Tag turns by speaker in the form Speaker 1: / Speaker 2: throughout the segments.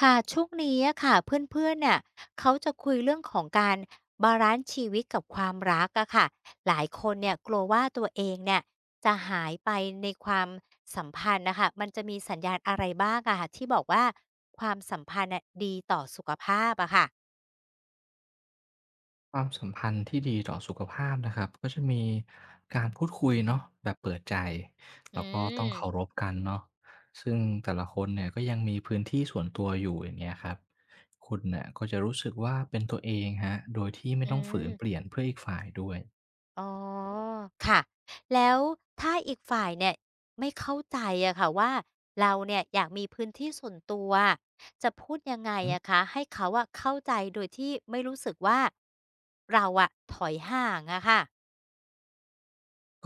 Speaker 1: ค่ะช่วงนี้อะค่ะเพื่อนๆเนี่ยเขาจะคุยเรื่องของการบาลานซ์ชีวิตกับความรักอะค่ะหลายคนเนี่ยกลัวว่าตัวเองเนี่ยจะหายไปในความสัมพันธ์นะคะมันจะมีสัญญาณอะไรบ้างอะค่ะที่บอกว่าความสัมพันธ์น่ะดีต่อสุขภาพอะค่ะ
Speaker 2: ความสัมพันธ์ที่ดีต่อสุขภาพนะครับก็จะมีการพูดคุยเนาะแบบเปิดใจ
Speaker 1: อื
Speaker 2: แล้วก็ต้อง
Speaker 1: ม
Speaker 2: เคารพกันเนาะซึ่งแต่ละคนเนี่ยก็ยังมีพื้นที่ส่วนตัวอยู่อย่างเงี้ยครับคุณเนี่ยก็จะรู้สึกว่าเป็นตัวเองฮะโดยที่ไม่
Speaker 1: อื
Speaker 2: ต้องฝื
Speaker 1: ม
Speaker 2: นเปลี่ยนเพื่ออีกฝ่ายด้วย
Speaker 1: อ๋อค่ะแล้วถ้าอีกฝ่ายเนี่ยไม่เข้าใจอะค่ะว่าเราเนี่ยอยากมีพื้นที่ส่วนตัวจะพูดยังไงอะคะให้เขาอะเข้าใจโดยที่ไม่รู้สึกว่าเราอะถอยห่างอะค่ะ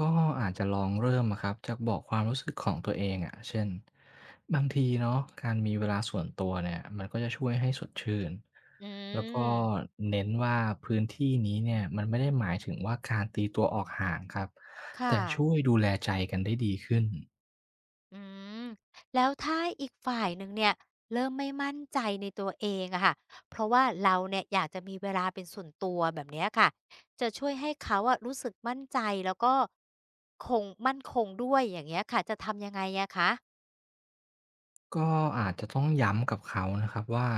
Speaker 2: ก็อาจจะลองเริ่มอะครับจากบอกความรู้สึกของตัวเองอะเช่นบางทีเนาะการมีเวลาส่วนตัวเนี่ยมันก็จะช่วยให้สดชื่น
Speaker 1: อื
Speaker 2: แล้วก็
Speaker 1: ม
Speaker 2: เน้นว่าพื้นที่นี้เนี่ยมันไม่ได้หมายถึงว่าการตีตัวออกห่างครับ
Speaker 1: ค
Speaker 2: แต่ช่วย
Speaker 1: ่ะ
Speaker 2: ดูแลใจกันได้ดีขึ้น
Speaker 1: อืมแล้วถ้าอีกฝ่ายหนึ่งเนี่ยเริ่มไม่มั่นใจในตัวเองอะค่ะเพราะว่าเราเนี่ยอยากจะมีเวลาเป็นส่วนตัวแบบเนี้ยค่ะจะช่วยให้เขาอะรู้สึกมั่นใจแล้วก็คงมั่นคงด้วยอย่างเงี้ยค่ะจะทำยังไงอะคะ
Speaker 2: ก็อาจจะต้องย้ำกับเขานะครับว่า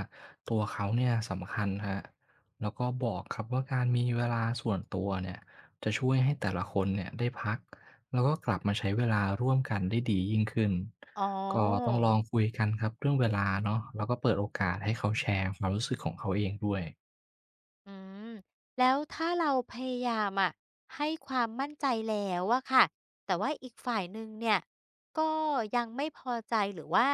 Speaker 2: ตัวเขาเนี่ยสำคัญฮรแล้วก็บอกครับว่าการมีเวลาส่วนตัวเนี่ยจะช่วยให้แต่ละคนเนี่ยได้พักแล้วก็กลับมาใช้เวลาร่วมกันได้ดียิ่งขึ้น
Speaker 1: อ๋อ
Speaker 2: ก็ต้องลองคุยกันครับเรื่องเวลาเนาะแล้วก็เปิดโอกาสให้เขาแชร์ความรู้สึกของเขาเองด้วย
Speaker 1: อืมแล้วถ้าเราพยายามอะให้ความมั่นใจแล้วอะค่ะแต่ว่าอีกฝ่ายหนึ่งเนี่ยก็ยังไม่พอใจหรือว่า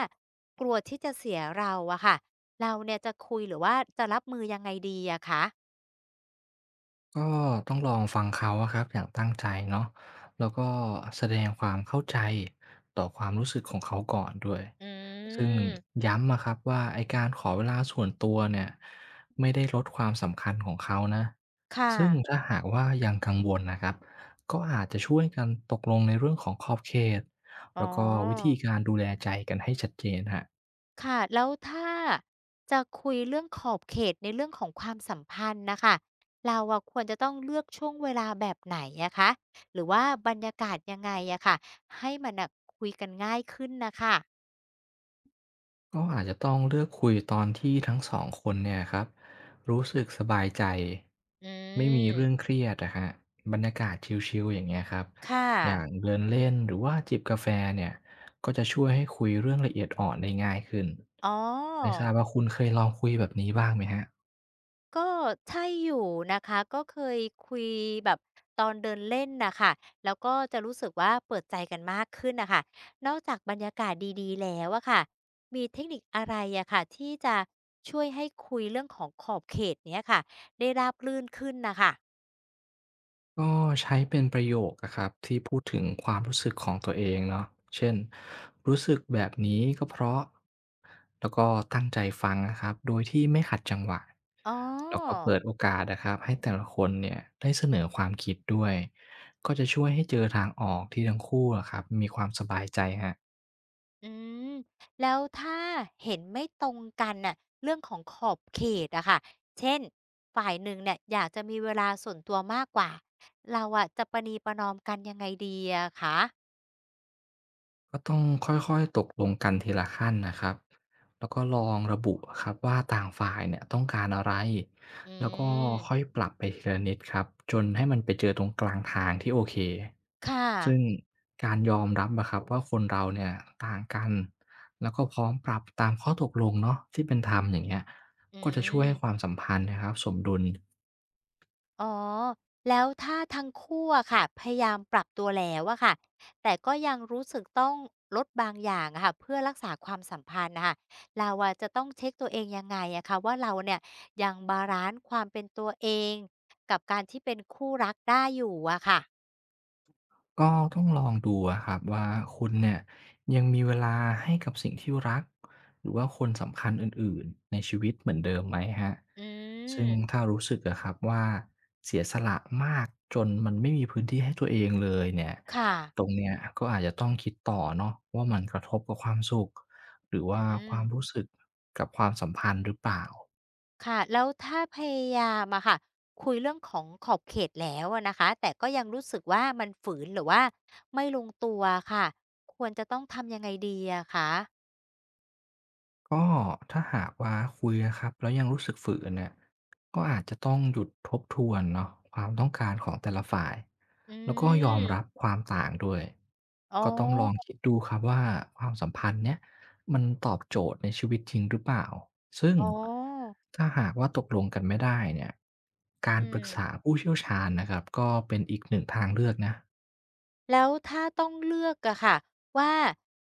Speaker 1: กลัวที่จะเสียเราอะค่ะเราเนี่ยจะคุยหรือว่าจะรับมือยังไงดีอะคะ
Speaker 2: ก็ต้องลองฟังเขาอะครับอย่างตั้งใจเนาะแล้วก็แสดงความเข้าใจต่อความรู้สึกของเขาก่อนด้วย
Speaker 1: อื
Speaker 2: ซึ่ง
Speaker 1: ม
Speaker 2: ย้ำอะครับว่าไอ้การขอเวลาส่วนตัวเนี่ยไม่ได้ลดความสำคัญของเขานะ
Speaker 1: ค่ะ
Speaker 2: ซึ่งถ้าหากว่ายังกังวลนะครับก็อาจจะช่วยกันตกลงในเรื่องของขอบเขต
Speaker 1: อ๋
Speaker 2: แล้วก็วิ
Speaker 1: อ
Speaker 2: ธีการดูแลใจกันให้ชัดเจนฮะ
Speaker 1: ค่ะแล้วถ้าจะคุยเรื่องขอบเขตในเรื่องของความสัมพันธ์นะคะเราอะควรจะต้องเลือกช่วงเวลาแบบไหนอะคะหรือว่าบรรยากาศยังไงอะค่ะให้มันอ่ะคุยกันง่ายขึ้นนะคะ
Speaker 2: ก็อาจจะต้องเลือกคุยตอนที่ทั้ง2คนเนี่ยครับรู้สึกสบายใจ
Speaker 1: อื
Speaker 2: ไม่มีเรื่องเค
Speaker 1: ม
Speaker 2: รียดนะฮะบรรยากาศชิลๆอย่างเงี้ยครับ
Speaker 1: ค่ะ
Speaker 2: อย่างเดินเล่นหรือว่าจิบกาแฟเนี่ยก็จะช่วยให้คุยเรื่องละเอียดอ่อนได้ง่ายขึ้น
Speaker 1: อ๋อ
Speaker 2: ไม่ทราบว่าคุณเคยลองคุยแบบนี้บ้างไหมฮะ
Speaker 1: ก็ใช่อยู่นะคะก็เคยคุยแบบตอนเดินเล่นน่ะค่ะแล้วก็จะรู้สึกว่าเปิดใจกันมากขึ้นน่ะค่ะนอกจากบรรยากาศดีๆแล้วอะค่ะมีเทคนิคอะไรอะค่ะที่จะช่วยให้คุยเรื่องของขอบเขตเนี้ยค่ะได้ราบรื่นขึ้นน่ะค่ะ
Speaker 2: ก็ใช้เป็นประโยคอะครับที่พูดถึงความรู้สึกของตัวเองเนาะเช่นรู้สึกแบบนี้ก็เพราะแล้วก็ตั้งใจฟังนะครับโดยที่ไม่ขัดจังหวะ
Speaker 1: อ๋อ
Speaker 2: แล้วก็เปิดโอกาสนะครับให้แต่ละคนเนี่ยได้เสนอความคิดด้วยก็จะช่วยให้เจอทางออกที่ทั้งคู่อะครับมีความสบายใจฮะ
Speaker 1: อืมแล้วถ้าเห็นไม่ตรงกันน่ะเรื่องของขอบเขตอะค่ะเช่นฝ่ายหนึ่งเนี่ยอยากจะมีเวลาส่วนตัวมากกว่าเราอะจะประนีประนอมกันยังไงดีอะคะ
Speaker 2: ก็ต้องค่อยๆตกลงกันทีละขั้นนะครับแล้วก็ลองระบุครับว่าต่างฝ่ายเนี่ยต้องการอะไร
Speaker 1: อื
Speaker 2: แล้วก็
Speaker 1: ม
Speaker 2: ค่อยปรับไปทีละนิดครับจนให้มันไปเจอตรงกลางทางที่โอเค
Speaker 1: ค่ะ
Speaker 2: ซึ่งการยอมรับนะครับว่าคนเราเนี่ยต่างกัน แล้วก็พร้อมปรับตามข้อตกลงเนาะที่เป็นธรรมอย่างเงี้ย
Speaker 1: อื
Speaker 2: ก็จะช่วยให้ความ
Speaker 1: ม
Speaker 2: สัมพันธ์นะครับสมดุล
Speaker 1: อ๋อ แล้วถ้าทั้งคู่อะค่ะพยายามปรับตัวแล้วอะค่ะ แต่ก็ยังรู้สึกต้องลดบางอย่างอะค่ะเพื่อรักษาความสัมพันธ์นะคะเราอะจะต้องเช็คตัวเองยังไงอะคะว่าเราเนี่ยยังบาลานซ์ความเป็นตัวเองกับการที่เป็นคู่รักได้อยู่อะค่ะ
Speaker 2: ก็ต้องลองดูอะครับว่าคุณเนี่ยยังมีเวลาให้กับสิ่งที่รักหรือว่าคนสำคัญอื่นๆในชีวิตเหมือนเดิมไหมฮะ
Speaker 1: อื
Speaker 2: ซึ่
Speaker 1: ม
Speaker 2: งถ้ารู้สึกอะครับว่าเสียสละมากจนมันไม่มีพื้นที่ให้ตัวเองเลยเนี่ย
Speaker 1: ค่ะ
Speaker 2: ตรงเนี้ยก็อาจจะต้องคิดต่อเนาะว่ามันกระทบกับความสุขหรือว่า
Speaker 1: อื
Speaker 2: ค
Speaker 1: ม
Speaker 2: วามรู้สึกกับความสัมพันธ์หรือเปล่า
Speaker 1: ค่ะแล้วถ้าพยายามอะค่ะคุยเรื่องของขอบเขตแล้วอะนะคะแต่ก็ยังรู้สึกว่ามันฝืนหรือว่าไม่ลงตัวค่ะควรจะต้องทำยังไงดีอะคะ
Speaker 2: ก็ถ้าหากว่าคุยนะครับแล้วยังรู้สึกฝืนเนี่ยก็อาจจะต้องหยุดทบทวนเนาะความต้องการของแต่ละฝ่าย
Speaker 1: อื
Speaker 2: แล้วก็ยอมรับ
Speaker 1: ม
Speaker 2: ความต่างด้วย
Speaker 1: อ๋อ
Speaker 2: ก็ต้องลองคิดดูครับว่าความสัมพันธ์เนี่ยมันตอบโจทย์ในชีวิตจริงหรือเปล่าซึ่ง
Speaker 1: อ๋อ
Speaker 2: ถ้าหากว่าตกลงกันไม่ได้เนี่ยการ
Speaker 1: อื
Speaker 2: ปรึ
Speaker 1: ม
Speaker 2: กษาผู้เชี่ยวชาญนะครับก็เป็นอีกหนึ่งทางเลือกนะ
Speaker 1: แล้วถ้าต้องเลือกอะค่ะว่า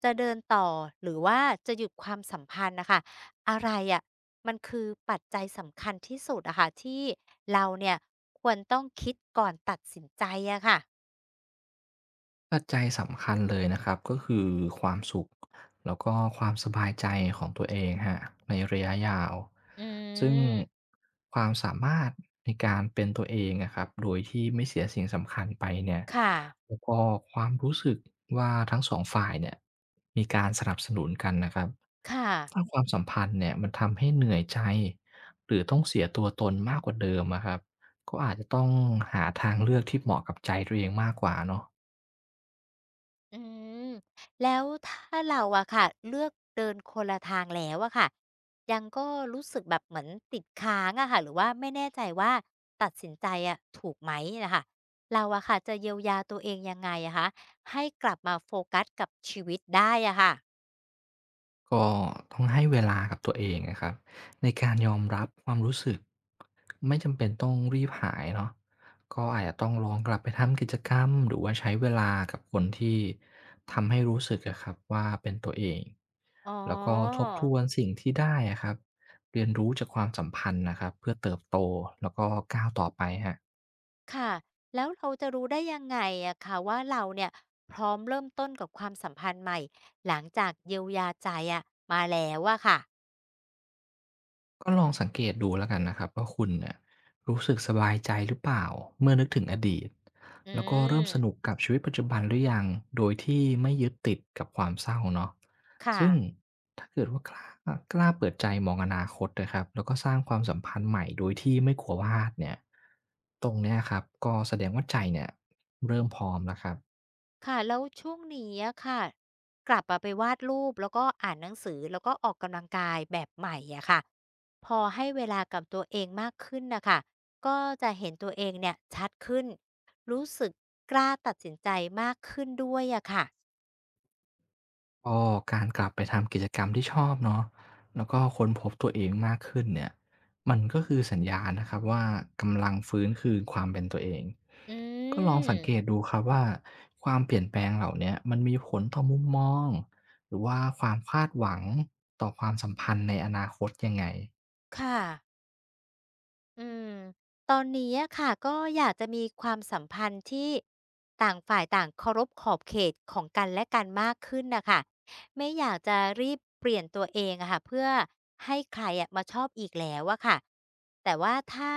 Speaker 1: จะเดินต่อหรือว่าจะหยุดความสัมพันธ์น่ะค่ะอะไรอะมันคือปัจจัยสำคัญที่สุดอะค่ะที่เราเนี่ยควรต้องคิดก่อนตัดสินใจอะค่ะ
Speaker 2: ปัจจัยสำคัญเลยนะครับก็คือความสุขแล้วก็ความสบายใจของตัวเองฮะในระยะยาว
Speaker 1: อื
Speaker 2: ซึ่ง
Speaker 1: ม
Speaker 2: ความสามารถในการเป็นตัวเองอะครับโดยที่ไม่เสียสิ่งสำคัญไปเนี่ย
Speaker 1: ค่ะ
Speaker 2: แล้วก็ความรู้สึกว่าทั้ง2ฝ่ายเนี่ยมีการสนับสนุนกันนะครับ
Speaker 1: ค่ะ
Speaker 2: ถ้าความสัมพันธ์เนี่ยมันทำให้เหนื่อยใจหรือต้องเสียตัวตนมากกว่าเดิมอะครับก็อาจจะต้องหาทางเลือกที่เหมาะกับใจตัวเองมากกว่าเนาะ
Speaker 1: อืมแล้วถ้าเราอะค่ะเลือกเดินคนละทางแล้วอะค่ะยังก็รู้สึกแบบเหมือนติดค้างอะค่ะหรือว่าไม่แน่ใจว่าตัดสินใจอะถูกไหมนะคะเราอะค่ะจะเยียวยาตัวเองยังไงอะคะให้กลับมาโฟกัสกับชีวิตได้อะค่ะ
Speaker 2: ก็ต้องให้เวลากับตัวเองนะครับในการยอมรับความรู้สึกไม่จำเป็นต้องรีบหายเนาะก็อาจจะต้องลองกลับไปทำกิจกรรมหรือว่าใช้เวลากับคนที่ทำให้รู้สึกอะครับว่าเป็นตัวเอง
Speaker 1: อ๋อ
Speaker 2: แล้วก็ทบทวนสิ่งที่ได้อะครับเรียนรู้จากความสัมพันธ์นะครับเพื่อเติบโตแล้วก็ก้าวต่อไปฮะ
Speaker 1: ค่ะแล้วเราจะรู้ได้ยังไงอะค่ะว่าเราเนี่ยพร้อมเริ่มต้นกับความสัมพันธ์ใหม่หลังจากเยียวยาใจอะมาแล้วอะค่ะ
Speaker 2: ก็ลองสังเกตดูแล้วกันนะครับว่าคุณเนี่ยรู้สึกสบายใจหรือเปล่าเมื่อนึกถึงอดีต
Speaker 1: อื
Speaker 2: แล้วก็เริ่มสนุก
Speaker 1: ม
Speaker 2: กับชีวิตปัจจุบันหรือยังโดยที่ไม่ยึดติดกับความเศร้าเนาะ
Speaker 1: ค่ะ
Speaker 2: ซึ่งถ้าเกิดว่ากล้าเปิดใจมองอนาคตนะครับแล้วก็สร้างความสัมพันธ์ใหม่โดยที่ไม่กลัวพลาดเนี่ยตรงเนี้ยครับก็แสดงว่าใจเนี่ยเริ่มพร้อมแล้วครับ
Speaker 1: ค่ะ แล้วช่วงนี้อะค่ะ กลับมาไปวาดรูปแล้วก็อ่านหนังสือแล้วก็ออกกำลังกายแบบใหม่อะค่ะพอให้เวลากับตัวเองมากขึ้นนะคะก็จะเห็นตัวเองเนี่ยชัดขึ้น รู้สึกกล้าตัดสินใจมากขึ้นด้วยอะค่ะ
Speaker 2: ก็การกลับไปทำกิจกรรมที่ชอบเนาะแล้วก็ค้นพบตัวเองมากขึ้นเนี่ยมันก็คือสัญญาณนะครับว่ากำลังฟื้นคืนความเป็นตัวเอง
Speaker 1: อื
Speaker 2: ก็ลองสังเกต
Speaker 1: ม
Speaker 2: ดูครับว่าความเปลี่ยนแปลงเหล่าเนี้ยมันมีผลต่อมุมมองหรือว่าความคาดหวังต่อความสัมพันธ์ในอนาคตยังไง
Speaker 1: ค่ะ อืมตอนนี้อะค่ะก็อยากจะมีความสัมพันธ์ที่ต่างฝ่ายต่างเคารพขอบเขตของกันและกันมากขึ้นน่ะค่ะไม่อยากจะรีบเปลี่ยนตัวเองอะค่ะเพื่อให้ใครอะมาชอบอีกแล้วอะค่ะแต่ว่าถ้า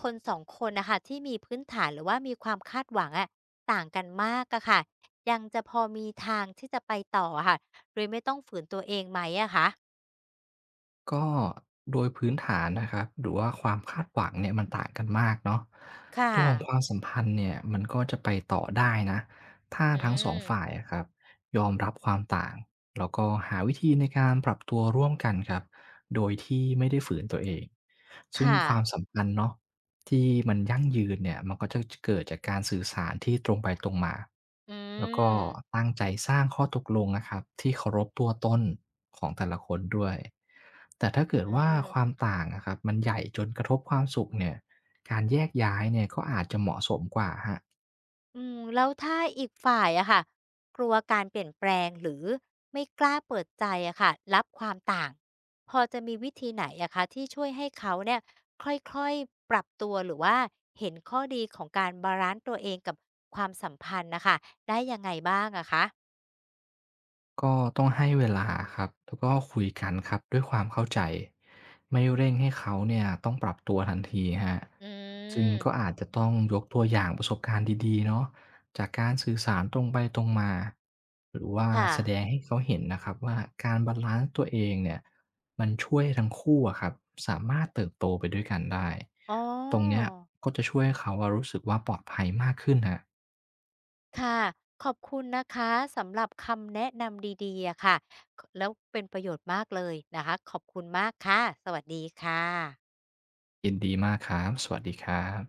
Speaker 1: คนสองคนน่ะค่ะที่มีพื้นฐานหรือว่ามีความคาดหวังอะต่างกันมากอะค่ะยังจะพอมีทางที่จะไปต่ออะค่ะโดยไม่ต้องฝืนตัวเองไหมอะคะ
Speaker 2: ก็โดยพื้นฐานนะครับหรือว่าความคาดหวังเนี่ยมันต่างกันมากเนาะ
Speaker 1: ค่ะ
Speaker 2: ตัวของความสัมพันธ์เนี่ยมันก็จะไปต่อได้นะถ้า
Speaker 1: อื
Speaker 2: ทั้งสอง
Speaker 1: ม
Speaker 2: ฝ่ายอะครับยอมรับความต่างแล้วก็หาวิธีในการปรับตัวร่วมกันครับโดยที่ไม่ได้ฝืนตัวเองซึ่ง
Speaker 1: ค่ะ
Speaker 2: ความสัมพันธ์เนาะ ที่มันยั่งยืนเนี่ยมันก็จะเกิดจากการสื่อสารที่ตรงไปตรงมา
Speaker 1: อื
Speaker 2: แล้วก็
Speaker 1: ม
Speaker 2: ตั้งใจสร้างข้อตกลงนะครับที่เคารพตัวตนของแต่ละคนด้วยแต่ถ้า
Speaker 1: อื
Speaker 2: เกิดว่าความ
Speaker 1: ม
Speaker 2: ต่างอะครับมันใหญ่จนกระทบความสุขเนี่ยการแยกย้ายเนี่ยก็อาจจะเหมาะสมกว่าฮะ
Speaker 1: อืมแล้วถ้าอีกฝ่ายอะค่ะกลัวการเปลี่ยนแปลงหรือไม่กล้าเปิดใจอะค่ะรับความต่างพอจะมีวิธีไหนอะคะที่ช่วยให้เขาเนี่ยค่อยๆปรับตัวหรือว่าเห็นข้อดีของการบาลานซ์ตัวเองกับความสัมพันธ์นะคะได้ยังไงบ้างอะคะ
Speaker 2: ก็ต้องให้เวลาครับแล้วก็คุยกันครับด้วยความเข้าใจไม่เร่งให้เขาเนี่ยต้องปรับตัวทันทีครับ
Speaker 1: อื
Speaker 2: ซึ่งก็
Speaker 1: ม
Speaker 2: อาจจะต้องยกตัวอย่างประสบการณ์ดีๆเนาะจากการสื่อสารตรงไปตรงมาหรือว่า
Speaker 1: ค่ะ
Speaker 2: แสดงให้เขาเห็นนะครับว่าการบาลันซ์ตัวเองเนี่ยมันช่วยทั้งคู่อะครับสามารถเติบโตไปด้วยกันได้
Speaker 1: อ๋อ
Speaker 2: ตรงเนี้ยก็จะช่วยให้เขาอะรู้สึกว่าปลอดภัยมากขึ้นครับ
Speaker 1: ค่ะขอบคุณนะคะสำหรับคำแนะนำดีๆอะค่ะแล้วเป็นประโยชน์มากเลยนะคะขอบคุณมากค่ะสวัสดีค่ะ
Speaker 2: ยินดีมากครับสวัสดีครับ